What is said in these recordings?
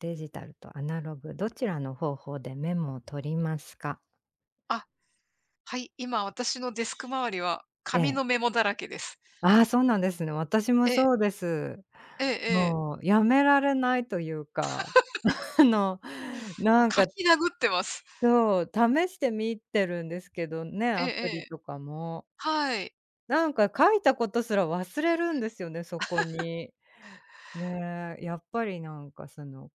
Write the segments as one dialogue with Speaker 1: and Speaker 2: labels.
Speaker 1: デジタルとアナログ、どちらの方法でメモを取りますか？
Speaker 2: あ、はい、今私のデスク周りは
Speaker 1: え
Speaker 2: 紙
Speaker 1: え。
Speaker 2: のメモだらけです。
Speaker 1: ああ、そうなんですね。私も
Speaker 2: ええ、
Speaker 1: そうです。
Speaker 2: ええええ。
Speaker 1: もうやめられないというか、あの、
Speaker 2: も
Speaker 1: な
Speaker 2: う
Speaker 1: ん
Speaker 2: 書
Speaker 1: か、
Speaker 2: き殴ってます。
Speaker 1: そう、試してみてるんですけどね、
Speaker 2: ええ
Speaker 1: ア
Speaker 2: え
Speaker 1: プ
Speaker 2: え。
Speaker 1: リとかも。
Speaker 2: はい。
Speaker 1: なんか書いたことすら忘れるんですよね、そこに。ねえ、やっぱりなんかその、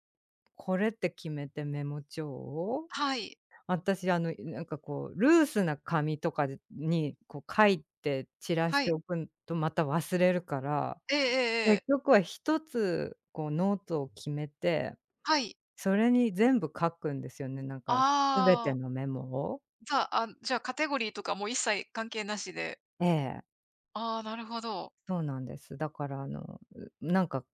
Speaker 1: これって決めてメモ帳を
Speaker 2: はい。
Speaker 1: 私、なんかこう、ルースな紙とかでに、こう書いて散ら
Speaker 2: は
Speaker 1: して
Speaker 2: い。
Speaker 1: おくと、また忘れるから、
Speaker 2: えええええ
Speaker 1: 結
Speaker 2: え。
Speaker 1: 局は一つ、こうノートを決めて、
Speaker 2: はい。
Speaker 1: それに全部書くんですよね、なんか全て
Speaker 2: ああ、
Speaker 1: のメモを。
Speaker 2: じゃあカテゴリーとかもう一切関係なしで。
Speaker 1: ええ、
Speaker 2: ああ、なるほど。
Speaker 1: そうなんです。だからうなんか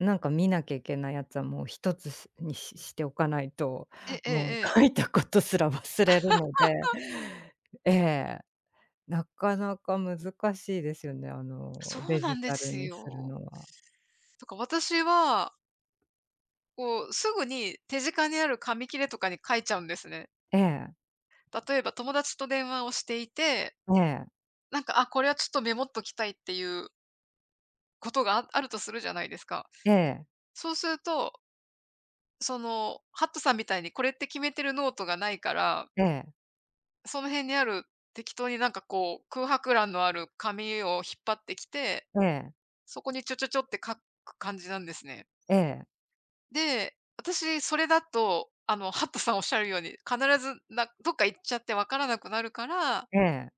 Speaker 1: なんか見なきゃいけないやつはもう一つしにししておかないと、
Speaker 2: ええええ
Speaker 1: もう
Speaker 2: ええ。
Speaker 1: 書いたことすら忘れるので。ええ。なかなか難しいですよね、
Speaker 2: そ
Speaker 1: デ
Speaker 2: うな
Speaker 1: ジ
Speaker 2: んで
Speaker 1: タル
Speaker 2: す
Speaker 1: にする
Speaker 2: よ。
Speaker 1: のは。
Speaker 2: だから私は、こう、すぐに手近にある紙切れとかに書いちゃうんですね。
Speaker 1: ええ、
Speaker 2: 例えば友達と電話をしていて、
Speaker 1: ええ、
Speaker 2: なんか、あ、これはちょっとメモっときたいっていうことが あるとするじゃないですか。
Speaker 1: ええ、
Speaker 2: そうすると、ハットさんみたいにこれって決めてるノートがないから、
Speaker 1: ええ、
Speaker 2: その辺にある適当になんかこう、空白欄のある紙を引っ張ってきて、
Speaker 1: ええ、
Speaker 2: そこにちょちょちょって書く感じなんですね。
Speaker 1: ええ、
Speaker 2: で、私それだと、ハットさんおっしゃるように、必ずなどっか行っちゃってわからなくなるから、
Speaker 1: ええ、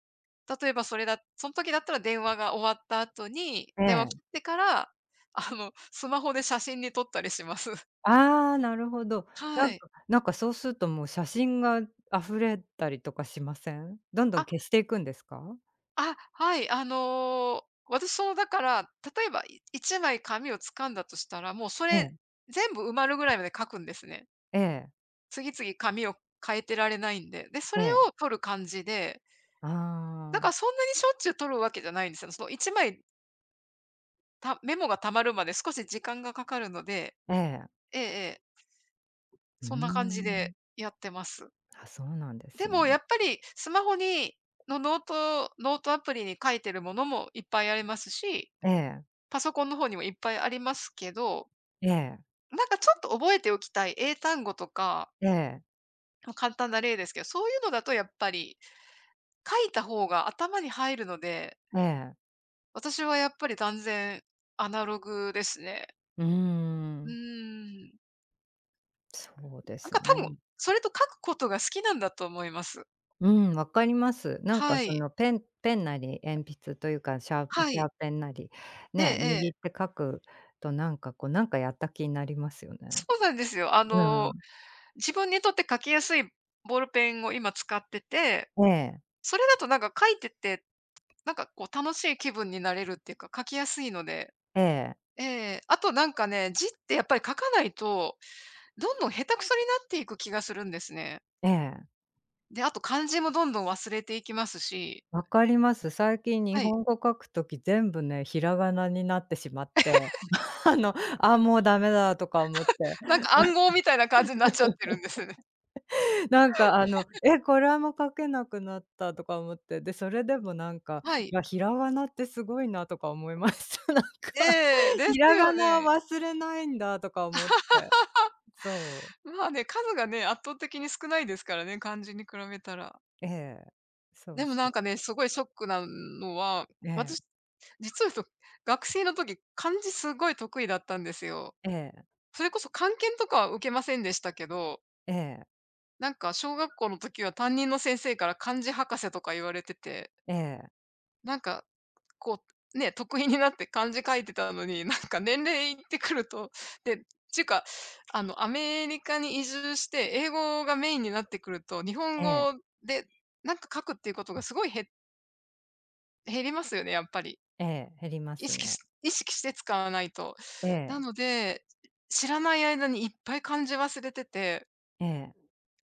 Speaker 2: 例えばその時だったら電話が終わった後に、
Speaker 1: え
Speaker 2: 電話
Speaker 1: え。
Speaker 2: 切ってから、スマホで写真に撮ったりします。
Speaker 1: ああ、なるほど。な
Speaker 2: は
Speaker 1: ん
Speaker 2: い。
Speaker 1: かなんかそうするともう写真が溢れたりとかしません？どんどん
Speaker 2: あ、
Speaker 1: 消していくんですか？
Speaker 2: はい。私だから、例えば1枚紙を掴んだとしたら、もうそ
Speaker 1: え
Speaker 2: れ
Speaker 1: え、
Speaker 2: 全部埋まるぐらいまで書くんですね。
Speaker 1: ええ、
Speaker 2: 次々紙を変えてられないんで。で、そ
Speaker 1: え
Speaker 2: れ
Speaker 1: え。
Speaker 2: を取る感じで、
Speaker 1: あ
Speaker 2: だから
Speaker 1: あ、
Speaker 2: そんなにしょっちゅう取るわけじゃないんですよ。その1枚、メモが溜まるまで少し時間がかかるので、
Speaker 1: ええ。
Speaker 2: ええええ、
Speaker 1: うー
Speaker 2: そんな感じ
Speaker 1: ん。
Speaker 2: でやってます。
Speaker 1: あ、そうなんで
Speaker 2: で
Speaker 1: すね。
Speaker 2: もやっぱりスマホのノートアプリに書いてるものもいっぱいありますし
Speaker 1: ええ、
Speaker 2: パソコンの方にもいっぱいありますけど、
Speaker 1: ええ、
Speaker 2: なんかちょっと覚えておきたい英単語とか、
Speaker 1: ええ、
Speaker 2: ま、簡単な例ですけど、そういうのだとやっぱり書いた方が頭に入るので、
Speaker 1: ええ、
Speaker 2: 私はやっぱり断然アナログですね。
Speaker 1: うー
Speaker 2: う
Speaker 1: ん、
Speaker 2: ーん。
Speaker 1: そうで
Speaker 2: なん
Speaker 1: す
Speaker 2: か
Speaker 1: ね。
Speaker 2: 多分、それと書くことが好きなんだと思います。
Speaker 1: うん、わかります。なんか
Speaker 2: は
Speaker 1: そ
Speaker 2: い。
Speaker 1: のペンなり鉛筆というか、シャーシ
Speaker 2: は
Speaker 1: ャ
Speaker 2: い。
Speaker 1: ーペンなり、
Speaker 2: ええ
Speaker 1: ね、
Speaker 2: え
Speaker 1: 握っ
Speaker 2: え。
Speaker 1: て書くとなんかこう、なんかやった気になりますよね。
Speaker 2: そうなんですよ。
Speaker 1: うん。
Speaker 2: 自分にとって書きやすいボールペンを今使ってて、
Speaker 1: ええ、
Speaker 2: それだとなんか書いててなんかこう楽しい気分になれるっていうか、書きやすいので。
Speaker 1: ええ、
Speaker 2: ええ、あとなんかね、字ってやっぱり書かないと、どんどん下手くそになっていく気がするんですね。
Speaker 1: ええ、
Speaker 2: で、あと漢字もどんどん忘れていきますし、
Speaker 1: わかります。最近日
Speaker 2: はい。
Speaker 1: 本語書くとき全部ね、ひらがなになってしまって、あの、あ、もうダメだとか思って。
Speaker 2: なんか暗号みたいな感じになっちゃってるんですね。
Speaker 1: なんかえ、これはもう書けなくなったとか思って、で、それでもなんか、
Speaker 2: は
Speaker 1: い
Speaker 2: い。
Speaker 1: や、ひらがなってすごいなとか思いました。なんか、
Speaker 2: ええ、で
Speaker 1: ひ
Speaker 2: す
Speaker 1: ら
Speaker 2: よ
Speaker 1: がな
Speaker 2: ね。
Speaker 1: 忘れないんだとか思って。そう。
Speaker 2: まあね、数がね、圧倒的に少ないですからね、漢字に比べたら。
Speaker 1: ええ。そ
Speaker 2: で
Speaker 1: う
Speaker 2: もな
Speaker 1: そ
Speaker 2: ん
Speaker 1: う。
Speaker 2: かね、すごいショックなのは、
Speaker 1: ええ、
Speaker 2: 私、実は言うと、学生の時、漢字すごい得意だったんですよ。
Speaker 1: ええ、
Speaker 2: それこそ漢検とかは受けませんでしたけど、
Speaker 1: ええ、
Speaker 2: なんか小学校の時は担任の先生から漢字博士とか言われてて、
Speaker 1: ええ、
Speaker 2: なんかこう、ね、得意になって漢字書いてたのに、なんか年齢いってくると、で、ちゅうか、アメリカに移住して、英語がメインになってくると、日本
Speaker 1: ええ、
Speaker 2: 語でなんか書くっていうことがすごい減りますよね、やっぱり。
Speaker 1: ええ、減りま
Speaker 2: 意
Speaker 1: す
Speaker 2: 識し
Speaker 1: ね。
Speaker 2: 意識して使わないと。
Speaker 1: え
Speaker 2: な
Speaker 1: え、
Speaker 2: ので、知らない間にいっぱい漢字忘れてて
Speaker 1: ええ、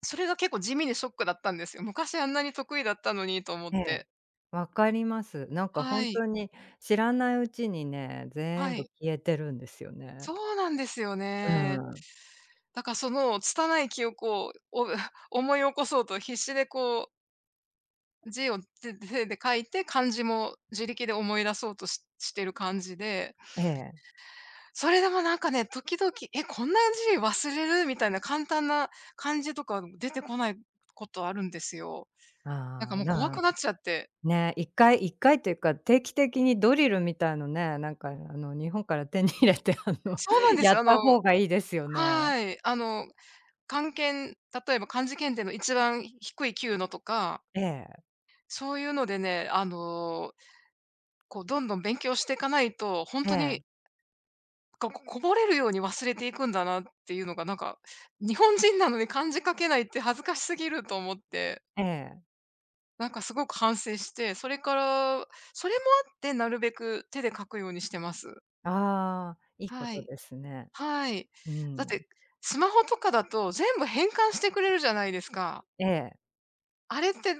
Speaker 2: それが結構地味にショックだったんですよ。昔あんなに得意だったのにと思っ
Speaker 1: ええ。
Speaker 2: て。
Speaker 1: わかります。なんかほ
Speaker 2: は
Speaker 1: ん
Speaker 2: い。
Speaker 1: とに知らないうちにね、全
Speaker 2: は
Speaker 1: 部
Speaker 2: い。
Speaker 1: 消えてるんですよね。
Speaker 2: そうなんですよ
Speaker 1: う
Speaker 2: ね。
Speaker 1: ん。
Speaker 2: だからその拙い記憶を、思い起こそうと必死でこう、字を手で書いて、漢字も自力で思い出そうとしてる感じで、
Speaker 1: ええ。
Speaker 2: それでもなんかね、時々、え、こんな字忘れる？みたいな簡単な漢字とか出てこないことあるんですよ。なん
Speaker 1: あ
Speaker 2: か
Speaker 1: あ、
Speaker 2: もう怖
Speaker 1: な
Speaker 2: くなっちゃって。
Speaker 1: ね、一回一回というか、定期的にドリルみたいのね、なんか日本から手に入れて
Speaker 2: そうなん で
Speaker 1: や
Speaker 2: す。
Speaker 1: った方がいいですよね。
Speaker 2: はい。漢検、例えば漢字検定の一番低い級のとか、
Speaker 1: ええ、
Speaker 2: そういうのでね、こうどんどん勉強していかないと、ほん
Speaker 1: え
Speaker 2: とに、
Speaker 1: え、
Speaker 2: こぼれるように忘れていくんだなっていうのがなんか、日本人なのに漢字書けないって恥ずかしすぎると思って、
Speaker 1: ええ。
Speaker 2: なんかすごく反省して、それから、それもあってなるべく手で書くようにしてます。
Speaker 1: ああ、いいこ
Speaker 2: は
Speaker 1: と
Speaker 2: い。
Speaker 1: ですね。
Speaker 2: はい。
Speaker 1: う
Speaker 2: だっ
Speaker 1: ん。
Speaker 2: て、スマホとかだと全部変換してくれるじゃないですか。
Speaker 1: ええ、
Speaker 2: あれって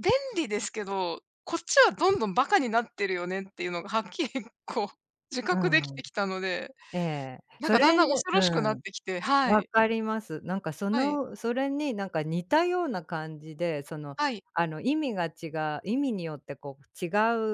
Speaker 2: 便利ですけど、こっちはどんどんバカになってるよねっていうのがはっきりこう、自
Speaker 1: う
Speaker 2: 覚でき
Speaker 1: ん、
Speaker 2: てきたので、
Speaker 1: ええ。
Speaker 2: なん
Speaker 1: そ
Speaker 2: かだん
Speaker 1: れ
Speaker 2: だ
Speaker 1: ね
Speaker 2: ん恐ろ
Speaker 1: う
Speaker 2: しくなっ
Speaker 1: ん、
Speaker 2: てきて、は
Speaker 1: わ
Speaker 2: い。
Speaker 1: かります。なんかそ
Speaker 2: はい。
Speaker 1: のそれになんか似たような感じで、その
Speaker 2: はい。
Speaker 1: 意味が違う意味によってこう違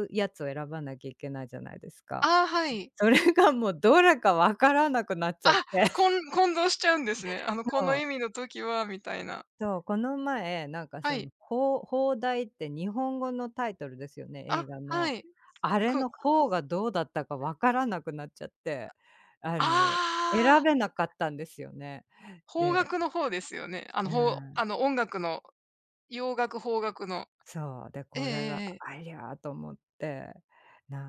Speaker 1: うやつを選ばなきゃいけないじゃないですか。
Speaker 2: ああ、はい。
Speaker 1: それがもうどれかわからなくなっちゃって、
Speaker 2: あ、混同しちゃうんですね。あの、こ
Speaker 1: そ
Speaker 2: の意味
Speaker 1: う、
Speaker 2: の時はみたいな。
Speaker 1: そう、この前、なんか
Speaker 2: は
Speaker 1: そ
Speaker 2: い。
Speaker 1: の、邦題って日本語のタイトルですよね、
Speaker 2: あ、
Speaker 1: 映画
Speaker 2: は
Speaker 1: の。
Speaker 2: い。
Speaker 1: あれ
Speaker 2: く
Speaker 1: の邦がどうだったかわからなくなっちゃって、あ
Speaker 2: あ
Speaker 1: の、選
Speaker 2: あ、
Speaker 1: べなかったんですよね。
Speaker 2: 邦
Speaker 1: で
Speaker 2: 楽の方ですよね。あの、
Speaker 1: う
Speaker 2: ほ
Speaker 1: ん、
Speaker 2: あの、音楽の、洋楽、邦楽の。
Speaker 1: そう、で、
Speaker 2: ええ
Speaker 1: こ
Speaker 2: ええ
Speaker 1: れ
Speaker 2: え
Speaker 1: が、
Speaker 2: え。
Speaker 1: ありゃと思って、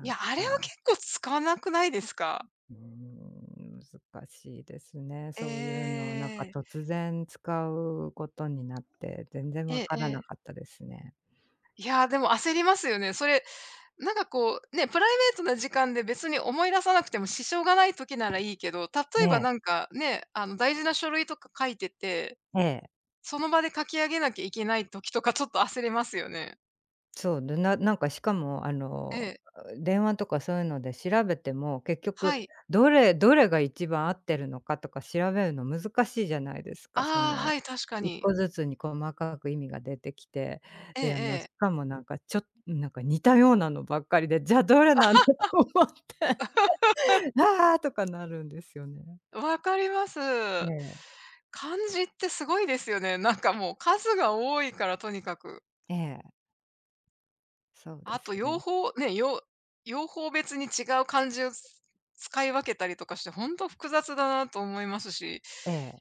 Speaker 2: い
Speaker 1: ん
Speaker 2: や、
Speaker 1: か
Speaker 2: あれは結構使わなくないですか？
Speaker 1: うーん、難しいですね。そういう
Speaker 2: え
Speaker 1: の、なんか
Speaker 2: え。
Speaker 1: 突然使うことになって、全然
Speaker 2: え
Speaker 1: わ
Speaker 2: え
Speaker 1: か
Speaker 2: え
Speaker 1: らな
Speaker 2: え。
Speaker 1: かったですね。
Speaker 2: いやー、でも焦りますよね。それ、なんかこう、ね、プライベートな時間で別に思い出さなくても支障がない時ならいいけど、例えば
Speaker 1: ね
Speaker 2: なんかね、あの大事な書類とか書いてて、
Speaker 1: え、ええ。
Speaker 2: その場で書き上げなきゃいけない時とかちょっと焦りますよね。
Speaker 1: そう、で、なんかしかも
Speaker 2: ええ、
Speaker 1: 電話とかそういうので調べても、結局
Speaker 2: はい。
Speaker 1: どれが一番合ってるのかとか調べるの難しいじゃないですか。そ
Speaker 2: ああ、は
Speaker 1: の、
Speaker 2: い、確か
Speaker 1: 1
Speaker 2: に。
Speaker 1: 個ずつに細かく意味が出てきて、
Speaker 2: ええ
Speaker 1: で、
Speaker 2: え
Speaker 1: し
Speaker 2: え。
Speaker 1: かもなんかなんか似たようなのばっかりで、じゃあどれなんだと思って。「ああ！」とかなるんですよね。
Speaker 2: わかります。
Speaker 1: ええ。
Speaker 2: 漢字ってすごいですよね。なんかもう数が多いからとにかく。
Speaker 1: ええ、そうで
Speaker 2: あと
Speaker 1: す
Speaker 2: 用
Speaker 1: ね。
Speaker 2: 法ね、用法別に違う漢字を使い分けたりとかして、本当複雑だなと思いますし、
Speaker 1: ええ。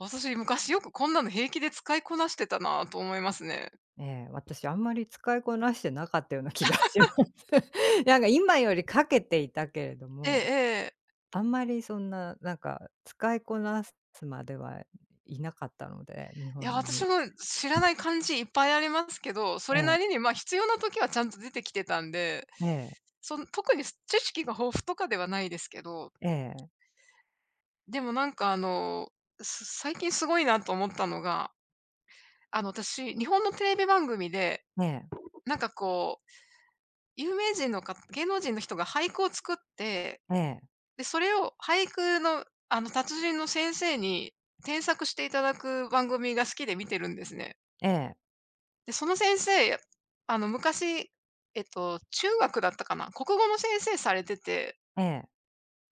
Speaker 2: 私昔よくこんなの平気で使いこなしてたなと思いますね。
Speaker 1: ええ、私あんまり使いこなしてなかったような気がします。なんか今よりかけていたけれど
Speaker 2: ええ
Speaker 1: も、
Speaker 2: ええ。
Speaker 1: あんまりそんな、なんか使いこなすまではいなかったので、日
Speaker 2: いや、
Speaker 1: 本
Speaker 2: 私
Speaker 1: に。
Speaker 2: も知らない漢字いっぱいありますけど、そ
Speaker 1: え
Speaker 2: れな
Speaker 1: え。
Speaker 2: りに、まあ、必要な時はちゃんと出てきてたんで、
Speaker 1: ええ、
Speaker 2: その特に知識が豊富とかではないですけど、
Speaker 1: ええ、
Speaker 2: でもなんかあの、最近すごいなと思ったのが、あの私、日本のテレビ番組で、
Speaker 1: ええ、
Speaker 2: なんかこう有名人のか芸能人の人が俳句を作って、で、それを俳句の、あの、達人の先生に添削していただく番組が好きで見てるんですね。
Speaker 1: ええ、
Speaker 2: で、その先生、あの、昔、えっと、中学だったかな、国語の先生されてて、
Speaker 1: ええ、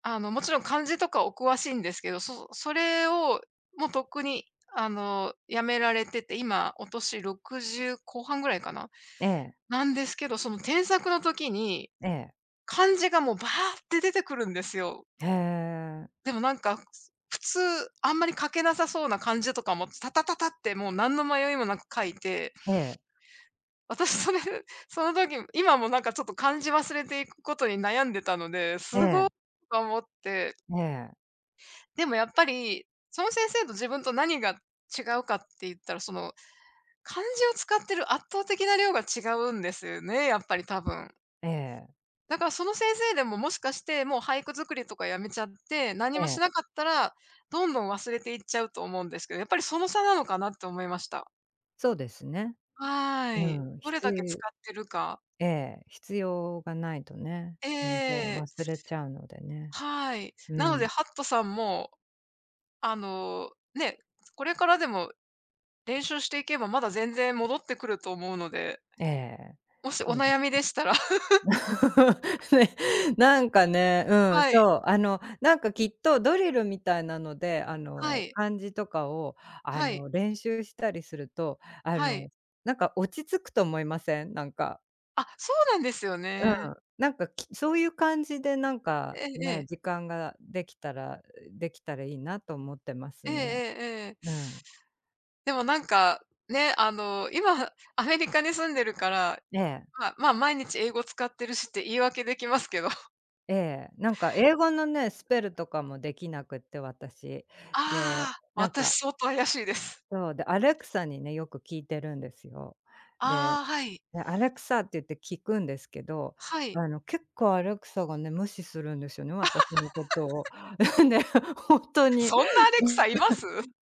Speaker 2: あの、もちろん漢字とかお詳しいんですけど、それをもうとっくに、あの、辞められてて、今お年60後半ぐらいかな、
Speaker 1: ええ、
Speaker 2: なんですけど、その添削の時に
Speaker 1: ええ、ええ。
Speaker 2: 漢字がもうバーって出てくるんですよ。でもなんか、普通あんまり書けなさそうな漢字とかも、タタタタってもう何の迷いもなく書いて、
Speaker 1: え。
Speaker 2: 私それ、その時、今もなんかちょっと漢字忘れていくことに悩んでたので、
Speaker 1: え
Speaker 2: すごい
Speaker 1: え、
Speaker 2: と思って。
Speaker 1: ええ、ええ、
Speaker 2: でもやっぱり、その先生と自分と何が違うかって言ったら、その漢字を使ってる圧倒的な量が違うんですよね、やっぱり多分。
Speaker 1: ええ、
Speaker 2: だからその先生でも、もしかして、もう俳句作りとかやめちゃって、何
Speaker 1: え
Speaker 2: もし
Speaker 1: え。
Speaker 2: なかったら、どんどん忘れていっちゃうと思うんですけど、やっぱりその差なのかなって思いました。
Speaker 1: そうですね。
Speaker 2: は
Speaker 1: う
Speaker 2: い。
Speaker 1: ん、
Speaker 2: どれだけ使
Speaker 1: 必
Speaker 2: ってるか。
Speaker 1: ええ、必要がないとね、
Speaker 2: え
Speaker 1: 全然
Speaker 2: え、
Speaker 1: 忘れちゃうのでね。
Speaker 2: はい。
Speaker 1: う
Speaker 2: なので
Speaker 1: ん。
Speaker 2: ハットさんも、あの、ね、これからでも練習していけば、まだ全然戻ってくると思うので、
Speaker 1: ええ、
Speaker 2: もしお
Speaker 1: そうで
Speaker 2: 悩
Speaker 1: す。
Speaker 2: みでしたら
Speaker 1: ね、なんかね、うん、
Speaker 2: はい、
Speaker 1: そう、なんかきっとドリルみたいなので、
Speaker 2: はい、
Speaker 1: 漢字とかを、
Speaker 2: はい、
Speaker 1: 練習したりすると、
Speaker 2: はい。
Speaker 1: なんか落ち着くと思いません？なんか、
Speaker 2: あ、そうなんですよ
Speaker 1: うん。
Speaker 2: ね。
Speaker 1: なんか、そういう感じでなん
Speaker 2: え
Speaker 1: か、
Speaker 2: ええ
Speaker 1: ね、
Speaker 2: え。
Speaker 1: 時間ができたらできたらいいなと思ってます
Speaker 2: ええ
Speaker 1: ね。
Speaker 2: ええええ。
Speaker 1: うん。
Speaker 2: でもなんか、ね、あの、今アメリカに住んでるから、
Speaker 1: ええ。
Speaker 2: まあまあ、毎日英語使ってるしって言い訳できますけど。あ
Speaker 1: ええ、なんか英語のね、スペルとかもできなくって、私。で、
Speaker 2: あ、
Speaker 1: なんか
Speaker 2: 私相当怪しいです。
Speaker 1: そう、で、アレクサにね、よく聞いてるんですよ。で、
Speaker 2: ああ、はい。
Speaker 1: a l e って言って聞くんですけど、
Speaker 2: はい。
Speaker 1: 結構アレクサがね、無視するんですよね、私のことを。で、ほんとに、
Speaker 2: そんなアレクサいます？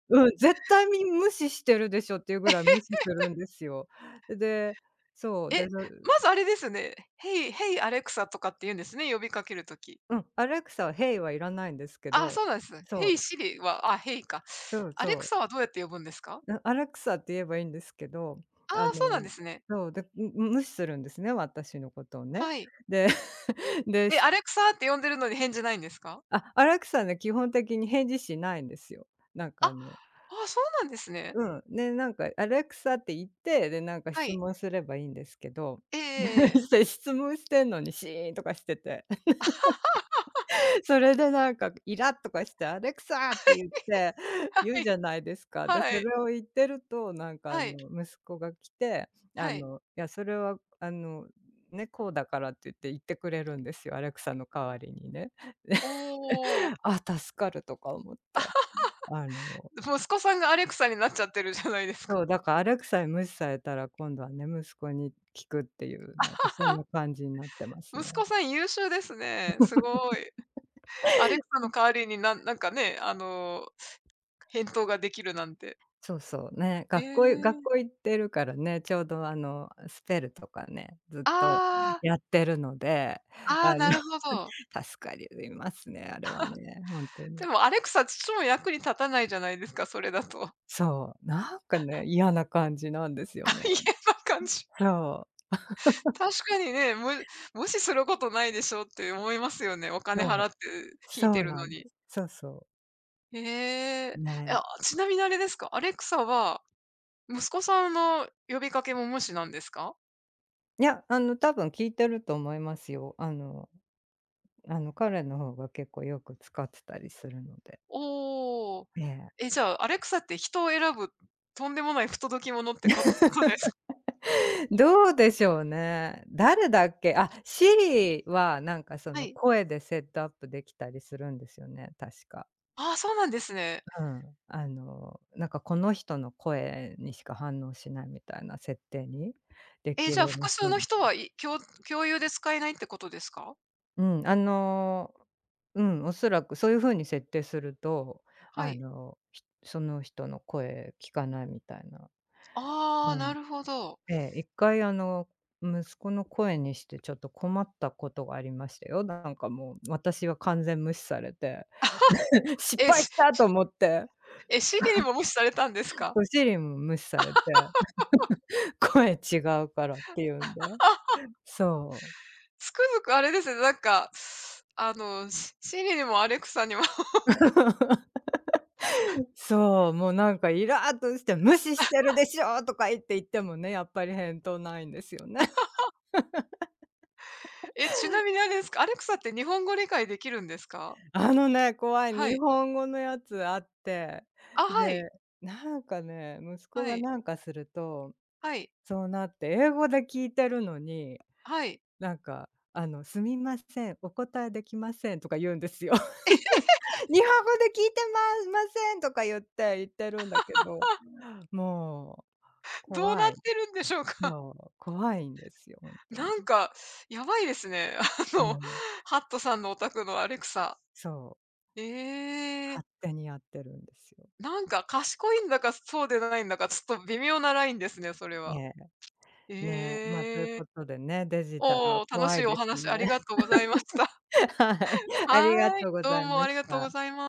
Speaker 1: うん、絶対無視してるでしょっていうぐらい無視するんですよ。で、そう、
Speaker 2: え、
Speaker 1: で、そ
Speaker 2: まずあれですね。Hey アレクサとかって言うんですね、呼びかけるとき。
Speaker 1: うん、アレクサは「ヘイはいらないんですけ
Speaker 2: あ、
Speaker 1: ど
Speaker 2: そうなんです。
Speaker 1: そ
Speaker 2: Hey
Speaker 1: う、
Speaker 2: Siri は、あ、Hey か。
Speaker 1: そう
Speaker 2: アレ
Speaker 1: そ
Speaker 2: ク
Speaker 1: う。
Speaker 2: サはどうやって呼ぶんですか？
Speaker 1: アレクサって言えばいいんですけど、
Speaker 2: あ
Speaker 1: あ
Speaker 2: あ、そうなんで
Speaker 1: の
Speaker 2: すね。
Speaker 1: そう、で、無視するんですね、私のことをね。
Speaker 2: はい。
Speaker 1: で で、
Speaker 2: え、
Speaker 1: し
Speaker 2: アレクサって呼んでるのに返事ないんですか？
Speaker 1: あ、アレクサね、基本的に返事しないんですよ。なん
Speaker 2: あ、
Speaker 1: か
Speaker 2: ああそうなんですね。
Speaker 1: うん、で、なんかアレクサって言って、で、なんか
Speaker 2: は
Speaker 1: 質
Speaker 2: い。
Speaker 1: 問すればいいんですけど、
Speaker 2: えええ えええ
Speaker 1: して質問してんのにシーンとかしてて。それでなんかイラッとかして「アレクサ！」って言って、
Speaker 2: は
Speaker 1: 言うじ
Speaker 2: い
Speaker 1: ゃないですか。で、
Speaker 2: は
Speaker 1: そ
Speaker 2: い。
Speaker 1: れを言ってると、なんか
Speaker 2: はい。
Speaker 1: 息子が来て、
Speaker 2: はい。
Speaker 1: いや、それはね、こうだからって言ってくれるんですよ、アレクサの代わりにね。
Speaker 2: おお。
Speaker 1: あ、助かるとか思って。あの、
Speaker 2: 息子さんがアレクサになっちゃってるじゃないですか。
Speaker 1: そう、だからアレクサに無視されたら、今度はね、息子に聞くっていう、なんかそんな感じになって ます
Speaker 2: 息子
Speaker 1: ね。
Speaker 2: さん優秀ですね。すごい。アレクサの代わりになんかね、あの、返答ができるなんて。
Speaker 1: そうそう、ね、
Speaker 2: え
Speaker 1: 学校い
Speaker 2: え。
Speaker 1: 学校行ってるからね、ちょうどスペルとかね、ずっと
Speaker 2: ああ、
Speaker 1: やってるので、
Speaker 2: あ
Speaker 1: あ
Speaker 2: あ、
Speaker 1: の、
Speaker 2: なるほ ど。
Speaker 1: 助かりいますね、あれはね、ほんとに。
Speaker 2: でもアレクサちっとも役に立たないじゃないですか、それだと。
Speaker 1: そう、なんかね、嫌な感じなんですよ
Speaker 2: あ、
Speaker 1: ね。
Speaker 2: 嫌な感じ。
Speaker 1: そう、
Speaker 2: 確かにね、無視することないでしょって思いますよね。お金
Speaker 1: そ
Speaker 2: 払
Speaker 1: う、
Speaker 2: って引い
Speaker 1: そ
Speaker 2: て
Speaker 1: う
Speaker 2: る
Speaker 1: な
Speaker 2: の
Speaker 1: んで
Speaker 2: に。
Speaker 1: す。そうそう、
Speaker 2: へえ。え、
Speaker 1: ね。
Speaker 2: あ、ちなみにあれですか、アレクサは、息子さんの呼びかけも無視なんですか？
Speaker 1: いや、多分聞いてると思いますよ。彼の方が結構よく使ってたりするので。
Speaker 2: おおー。
Speaker 1: ええ。
Speaker 2: え、じゃあ、アレクサって人を選ぶ、とんでもない不届き者ってこと ですか
Speaker 1: どうでしょうね。誰だっけ？あ、Siri はなんかそ
Speaker 2: は
Speaker 1: の
Speaker 2: い。
Speaker 1: 声でセットアップできたりするんですよね、確か。
Speaker 2: ああ、そうなんですね。
Speaker 1: うん。なんかこの人の声にしか反応しないみたいな設定にで
Speaker 2: え、
Speaker 1: き
Speaker 2: じゃ
Speaker 1: る
Speaker 2: あ
Speaker 1: ら
Speaker 2: 複
Speaker 1: し
Speaker 2: 数の
Speaker 1: い。
Speaker 2: 人は、共有で使えないってことですか？
Speaker 1: うん、うん、おそらくそういう風に設定すると、
Speaker 2: はい。
Speaker 1: その人の声聞かないみたいな。
Speaker 2: ああ、
Speaker 1: う
Speaker 2: な
Speaker 1: ん。
Speaker 2: るほど。
Speaker 1: ええ、一回息子の声にしてちょっと困ったことがありましたよ。なんかもう、私は完全無視されて、失
Speaker 2: え、し
Speaker 1: 敗した
Speaker 2: し
Speaker 1: と思って、
Speaker 2: え、シリにも無視されたんですか？
Speaker 1: ご主人も無視されて、声違うからって言うんで。
Speaker 2: あ、
Speaker 1: そう。
Speaker 2: つくづくあれですね、なんか、あの、シリにもアレクサにも
Speaker 1: そう、もうなんかイラっとして「無視してるでしょ！」とか言ってもね、やっぱり返答ないんですよね。
Speaker 2: え、ちなみにあれですか、アレクサって日本語理解できるんですか？
Speaker 1: ね、怖い
Speaker 2: は
Speaker 1: 日
Speaker 2: い。
Speaker 1: 本語のやつあって、
Speaker 2: あ、はい。
Speaker 1: で、なんかね、息子
Speaker 2: は
Speaker 1: が
Speaker 2: い。
Speaker 1: なんかすると
Speaker 2: はい。
Speaker 1: そうなって、英語で聞いてるのに、
Speaker 2: はい。
Speaker 1: なんか、「すみません、お答えできません」とか言うんですよ。日本語で聞いてまませんとか言ってるんだけど、もう
Speaker 2: どうな
Speaker 1: 怖
Speaker 2: っ
Speaker 1: い。
Speaker 2: てるんでしょうか？
Speaker 1: そう、怖いんですよ、本 当に。
Speaker 2: なんか、やばいですね。あ
Speaker 1: う
Speaker 2: の、
Speaker 1: ん、
Speaker 2: ハットさんのお宅のアレクサ。
Speaker 1: そう、
Speaker 2: ええ、
Speaker 1: 勝手にやってるんですよ。
Speaker 2: なんか賢いんだか、そうでないんだか、ちょっと微妙なラインですね、それは。
Speaker 1: ねえ、ねえ、ま、あ、という
Speaker 2: え
Speaker 1: こ
Speaker 2: え。
Speaker 1: とでね、デジタルは
Speaker 2: おおー、楽し
Speaker 1: 怖い
Speaker 2: いお
Speaker 1: です
Speaker 2: 話あ
Speaker 1: ね。
Speaker 2: りがとうございました。
Speaker 1: はい、あ
Speaker 2: は
Speaker 1: りが
Speaker 2: ーい、
Speaker 1: とうご
Speaker 2: どう
Speaker 1: ざい
Speaker 2: も
Speaker 1: ま
Speaker 2: あり
Speaker 1: し
Speaker 2: がとうご
Speaker 1: た。
Speaker 2: ざいます